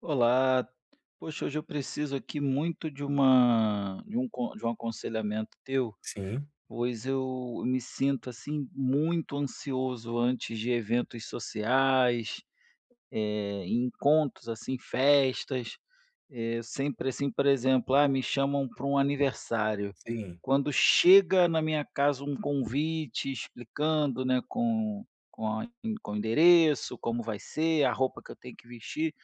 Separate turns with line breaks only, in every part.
Olá, poxa, hoje eu preciso aqui muito de uma de um con de um aconselhamento teu,
Sim,
pois eu me sinto, assim, muito ansioso antes de eventos sociais, encontros, assim, festas, sempre, assim, por exemplo, me chamam para um aniversário.
sim.
Quando chega na minha casa um convite explicando, né, com a com o endereço, como vai ser, a roupa que eu tenho que vestir,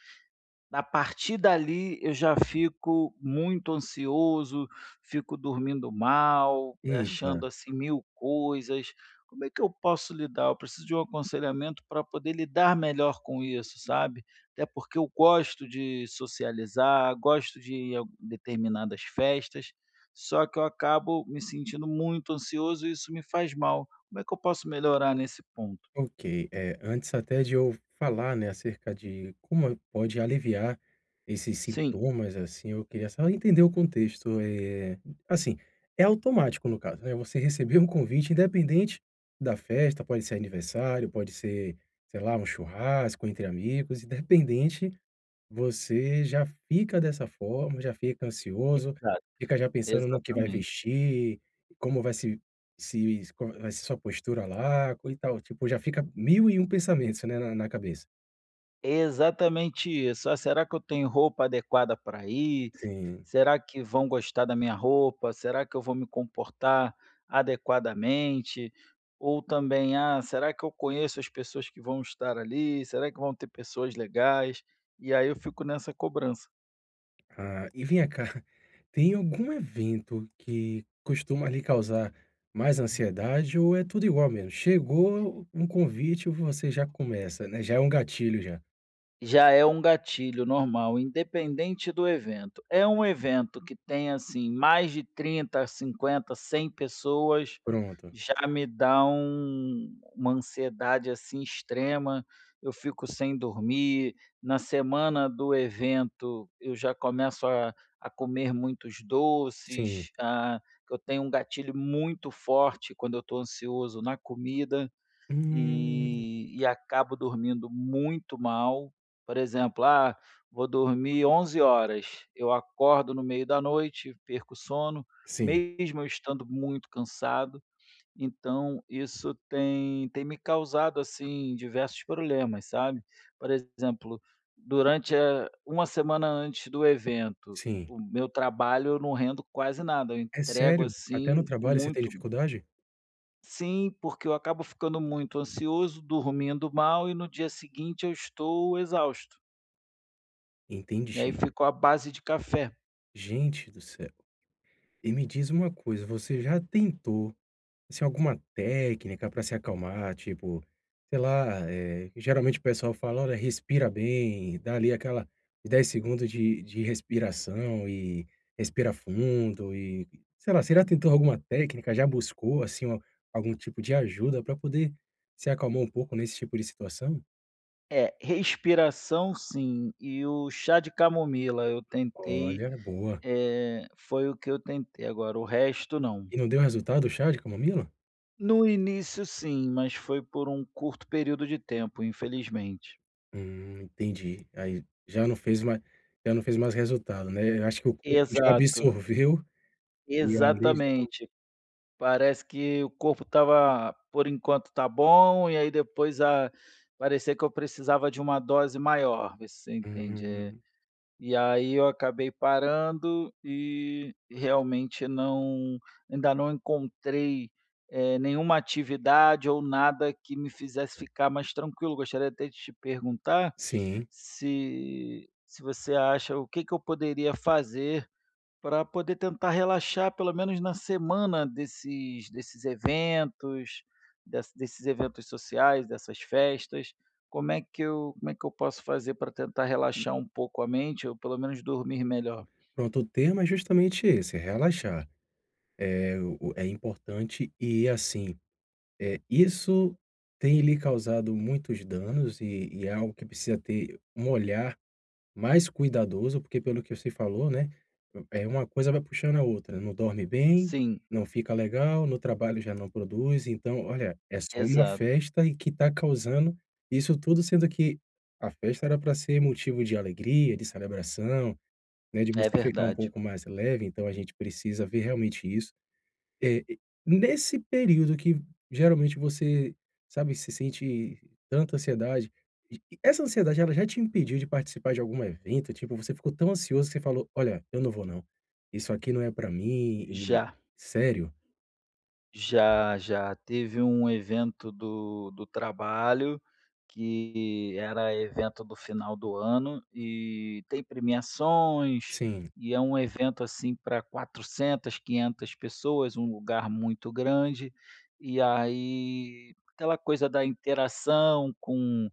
a partir dali eu já fico muito ansioso, fico dormindo mal,
Eita,
achando assim mil coisas. Como é que eu posso lidar? Eu preciso de um aconselhamento para poder lidar melhor com isso, sabe? Até porque eu gosto de socializar, gosto de ir a determinadas festas, só que eu acabo me sentindo muito ansioso e isso me faz mal. Como é que eu posso melhorar nesse ponto?
ok. É, antes até de eu falar, né, acerca de como pode aliviar esses
Sim,
sintomas, assim, eu queria só entender o contexto. É assim, é automático no caso, né, você recebeu um convite independente da festa, pode ser aniversário, pode ser, sei lá, um churrasco entre amigos, independente, você já fica dessa forma, já fica ansioso,
exato,
fica já pensando no que vai
exatamente.
vestir, como vai se se co vai ser sua postura lá, co e tal, tipo, já fica 1001 pensamentos, né, na cabeça.
Exatamente isso. "Ah, será que eu tenho roupa adequada para ir?
Sim.
Será que vão gostar da minha roupa? Será que eu vou me comportar adequadamente?" Ou também: "Ah, será que eu conheço as pessoas que vão estar ali? Será que vão ter pessoas legais?" E aí eu fico nessa cobrança.
Ah, e vem cá, tem algum evento que costuma lhe causar mais ansiedade ou é tudo igual mesmo? Chegou um convite, você já começa, né, já é um gatilho já.
Já é um gatilho normal, independente do evento. É um evento que tem, assim, mais de 30, 50, 100 pessoas,
Pronto.
já me dá uma ansiedade, assim, extrema. Eu fico sem dormir. Na semana do evento, eu já começo a comer muitos
Sim.
doces, eu tenho um gatilho muito forte quando eu estou ansioso na comida
Hum.
e acabo dormindo muito mal. Por exemplo, vou dormir 23 horas, eu acordo no meio da noite, perco o sono,
Sim,
mesmo eu estando muito cansado. Então isso tem me causado, assim, diversos problemas, sabe. Por exemplo, durante a 1 semana antes do evento,
sim.
o meu trabalho eu não rendo quase nada, eu
É
entrego,
sério? Até no
assim,
trabalho você tem
muito.
dificuldade?
Sim, porque eu acabo ficando muito ansioso, dormindo mal e no dia seguinte eu estou exausto. E aí
Entendi.
ficou a base de café.
Gente do céu. E me diz uma coisa, você já tentou, assim, alguma técnica pra se acalmar? Tipo, sei lá, geralmente o pessoal fala: "Olha, respira bem", dá ali aquela 10 segundos de respiração e respira fundo e sei lá, você já tentou alguma técnica? Já buscou, assim, uma algum tipo de ajuda pra poder se acalmar um pouco nesse tipo de situação?
É, respiração sim, e o chá de camomila eu tentei,
Olha, boa.
foi o que eu tentei, agora o resto não.
E não deu resultado o chá de camomila?
No início sim, mas foi por um curto período de tempo, infelizmente.
Entendi. Aí já não fez mais resultado, né. Eu acho que o corpo já
Exato,
absorveu e ali já
exatamente. Parece que o corpo estava por enquanto tá bom, e aí depois a parecia que eu precisava de uma dose maior, vê se você entende,
hum,
e aí eu acabei parando e realmente ainda não encontrei, nenhuma atividade ou nada que me fizesse ficar mais tranquilo. Gostaria até de te perguntar
sim.
se você acha o que que eu poderia fazer para poder tentar relaxar pelo menos na semana desses eventos, desses eventos sociais, dessas festas. Como é que eu posso fazer para tentar relaxar um pouco a mente ou pelo menos dormir melhor?
Pronto, o tema é justamente esse, é relaxar. É o é importante e, assim, é isso tem lhe causado muitos danos e é algo que precisa ter um olhar mais cuidadoso, porque pelo que você falou, né, é uma coisa vai puxando a outra, não dorme bem,
Sim,
não fica legal, no trabalho já não produz, então olha, é só uma
exato.
festa e que está causando isso tudo, sendo que a festa era para ser motivo de alegria, de celebração, né, de
É
você ficar um
verdade.
pouco mais leve, então a gente precisa ver realmente isso. É, e nesse período que geralmente você, sabe, se sente tanta ansiedade, e essa ansiedade ela já te impediu de participar de algum evento? Tipo, você ficou tão ansioso que você falou: "Olha, eu não vou não. Isso aqui não é pra mim" e
Já.
sério?
Já, já. Teve um evento do trabalho, que era evento do final do ano, e tem premiações,
Sim,
e é um evento, assim, para 400, 500 pessoas, um lugar muito grande, e aí aquela coisa da interação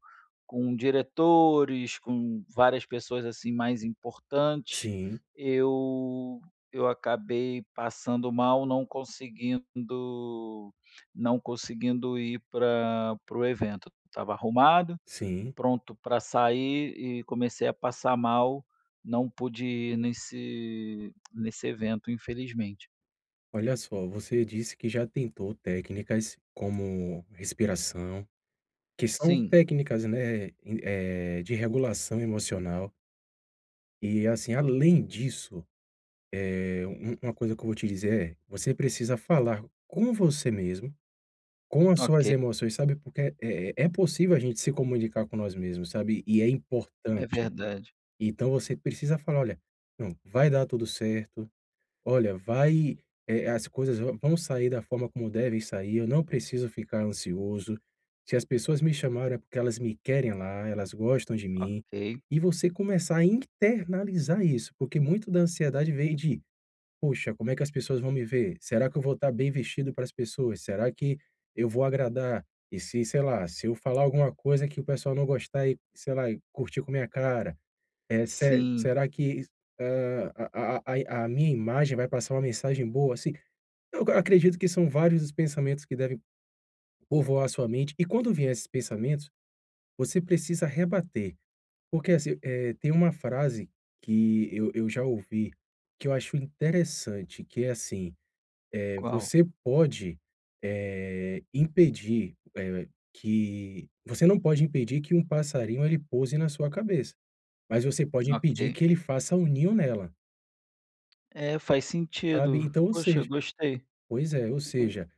com diretores, com várias pessoas, assim, mais importantes,
sim,
eu eu acabei passando mal, não conseguindo ir para o evento. Estava arrumado,
sim.
pronto para sair e comecei a passar mal, não pude ir nesse evento, infelizmente.
Olha só, você disse que já tentou técnicas como respiração, que são
Sim,
técnicas, né, em de regulação emocional e, assim, além disso é, uma coisa que eu vou te dizer é, você precisa falar com você mesmo, com as
ok,
suas emoções, sabe, porque é possível a gente se comunicar com nós mesmos, sabe, e é
é
importante.
verdade.
Então você precisa falar: "Olha, não, vai dar tudo certo. Olha, vai as coisas vã vão sair da forma como devem sair, eu não preciso ficar ansioso. Se as pessoas me chamaram é porque elas me querem lá, elas gostam de mim".
Ok.
E você começar a internalizar isso, porque muito da ansiedade vem de puxa, como é que as pessoas vão me ver? Será que eu vou estar bem vestido para as pessoas? Será que eu vou agradar? E se, sei lá, se eu falar alguma coisa que o pessoal não gostar e, sei lá, e curtir com minha cara, se
Sim,
será que, a minha imagem vai passar uma mensagem boa, assim? Acredito que são vários os pensamentos que devem povoar a sua mente e quando vier esses pensamentos, você precisa rebater, porque assim, tem uma frase que eu já ouvi, que eu acho interessante, que é assim: é,
qual?
você pode, impedir, que você não pode impedir que um passarinho ele pouse na sua cabeça, mas você pode impedir
Ok.
que ele faça um ninho nela,
É, faz
sabe.
sentido.
Então, ou
Poxa,
seja
gostei.
Pois é, ou seja,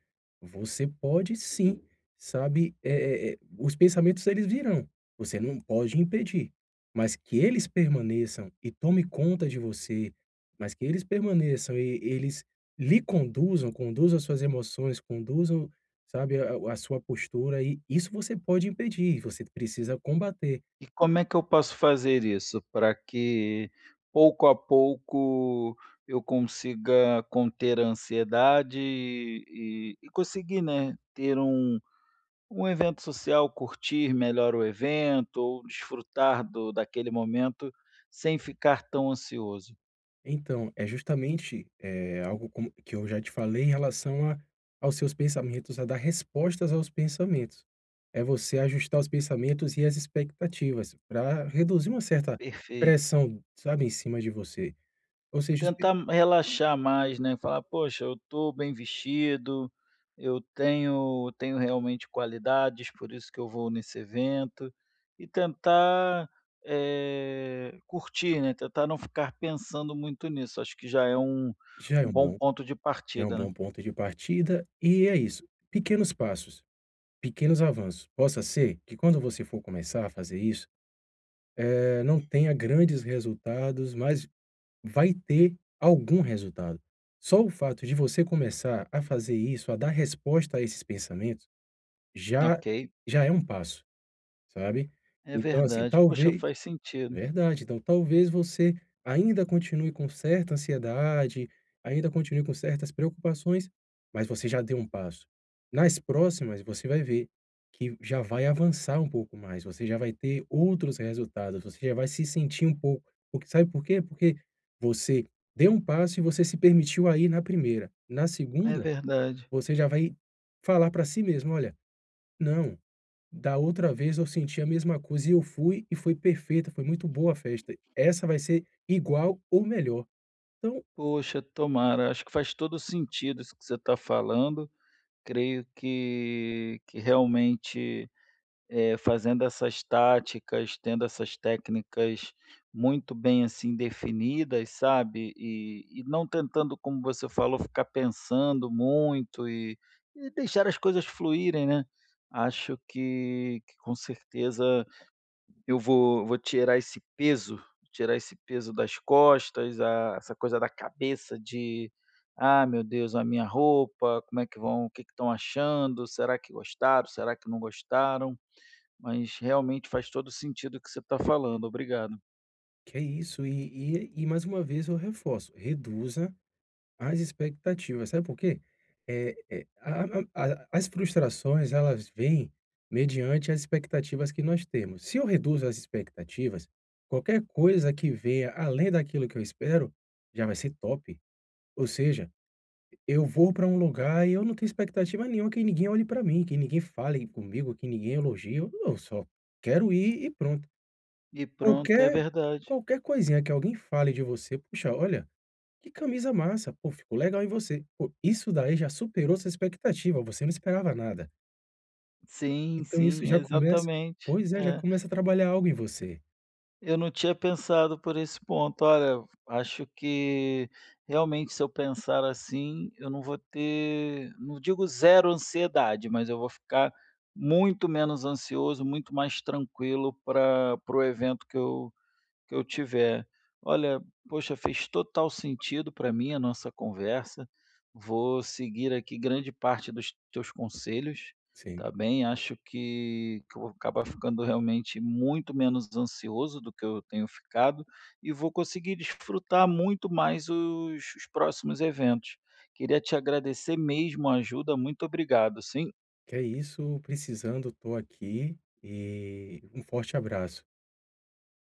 você pode sim, sabe, os pensamentos eles virão, você não pode impedir, mas que eles permaneçam e tome conta de você, mas que eles permaneçam e eles lhe conduzam, conduzam as suas emoções, conduzam, sabe, a sua postura e isso você pode impedir, você precisa combater.
E como é que eu posso fazer isso para que, pouco a pouco, eu consiga conter a ansiedade e conseguir, né, ter um evento social, curtir melhor o evento ou desfrutar do daquele momento sem ficar tão ansioso?
Então, é justamente, algo como que eu já te falei em relação a aos seus pensamentos, a dar respostas aos pensamentos. É você ajustar os pensamentos e as expectativas para reduzir uma certa
Perfeito.
pressão, sabe, em cima de você. Ou seja, os pe
Tentar relaxar mais, né, falar: "Poxa, eu estou bem vestido, eu tenho realmente qualidades, por isso que eu vou nesse evento", e tentar, curtir, né, tentar não ficar pensando muito nisso, acho que já é um
já é
um
um
bom
bom
ponto de
já é um
partida, né.
bom ponto de partida e é isso, pequenos passos, pequenos avanços. Possa ser que quando você for começar a fazer isso, não tenha grandes resultados, mas vai ter algum resultado. Só o fato de você começar a fazer isso, a dar resposta a esses pensamentos, já
Ok,
já é um passo, sabe.
é
Então, assim,
verdade, poxa,
talvez
faz sentido,
Verdade. Então, talvez você ainda continue com certa ansiedade, ainda continue com certas preocupações, mas você já deu um passo. Nas próximas, você vai ver que já vai avançar um pouco mais, você já vai ter outros resultados, você já vai se sentir um pouco. Porque, sabe por quê? Porque você deu um passo e você se permitiu aí na primeira. Na
é
segunda,
verdade.
você já vai falar para si mesmo: olha, não. Da outra vez eu senti a mesma coisa e eu fui e foi perfeita, foi muito boa a festa. Essa vai ser igual ou melhor. Então,
Poxa, tomara, acho que faz todo sentido isso que você está falando, creio que realmente, fazendo essas táticas, tendo essas técnicas muito bem, assim, definidas, sabe, e não tentando, como você falou, ficar pensando muito e deixar as coisas fluírem, né. Acho que com certeza eu vou tirar esse peso das costas, a essa coisa da cabeça de: "Ah, meu Deus, a minha roupa, como é que vão o que que estão achando? Será que gostaram? Será que não gostaram?" Mas realmente faz todo sentido o que você está falando, obrigado.
que é isso. E mais uma vez eu reforço, reduza as expectativas. Sabe por quê? É, é, a- as frustrações, elas vêm mediante as expectativas que nós temos. Se eu reduzo as expectativas, qualquer coisa que venha além daquilo que eu espero, já vai ser top. Ou seja, eu vou para um lugar e eu não tenho expectativa nenhuma que ninguém olhe para mim, que ninguém fale comigo, que ninguém elogie, eu só quero ir e pronto.
E pronto, é
Qualquer
verdade.
qualquer coisinha que alguém fale de você: "Puxa, olha, que camisa massa, pô, ficou legal em você". Pô, isso daí já superou sua expectativa, você não esperava nada.
Sim,
Então isso
sim,
já começa
exatamente.
pois é, já
É.
começa a trabalhar algo em você.
Eu não tinha pensado por esse ponto. Olha, acho que realmente se eu pensar assim, eu não vou ter, não digo zero ansiedade, mas eu vou ficar muito menos ansioso, muito mais tranquilo para o evento que eu tiver: "Olha, poxa, fez total sentido para mim a nossa conversa, vou seguir aqui grande parte dos teus conselhos,
Sim.
tá bem? Acho que eu vou acabar ficando realmente muito menos ansioso do que eu tenho ficado e vou conseguir desfrutar muito mais os próximos eventos. Queria te agradecer mesmo a ajuda, muito obrigado, sim."
Que é isso, precisando, tô aqui e um forte abraço.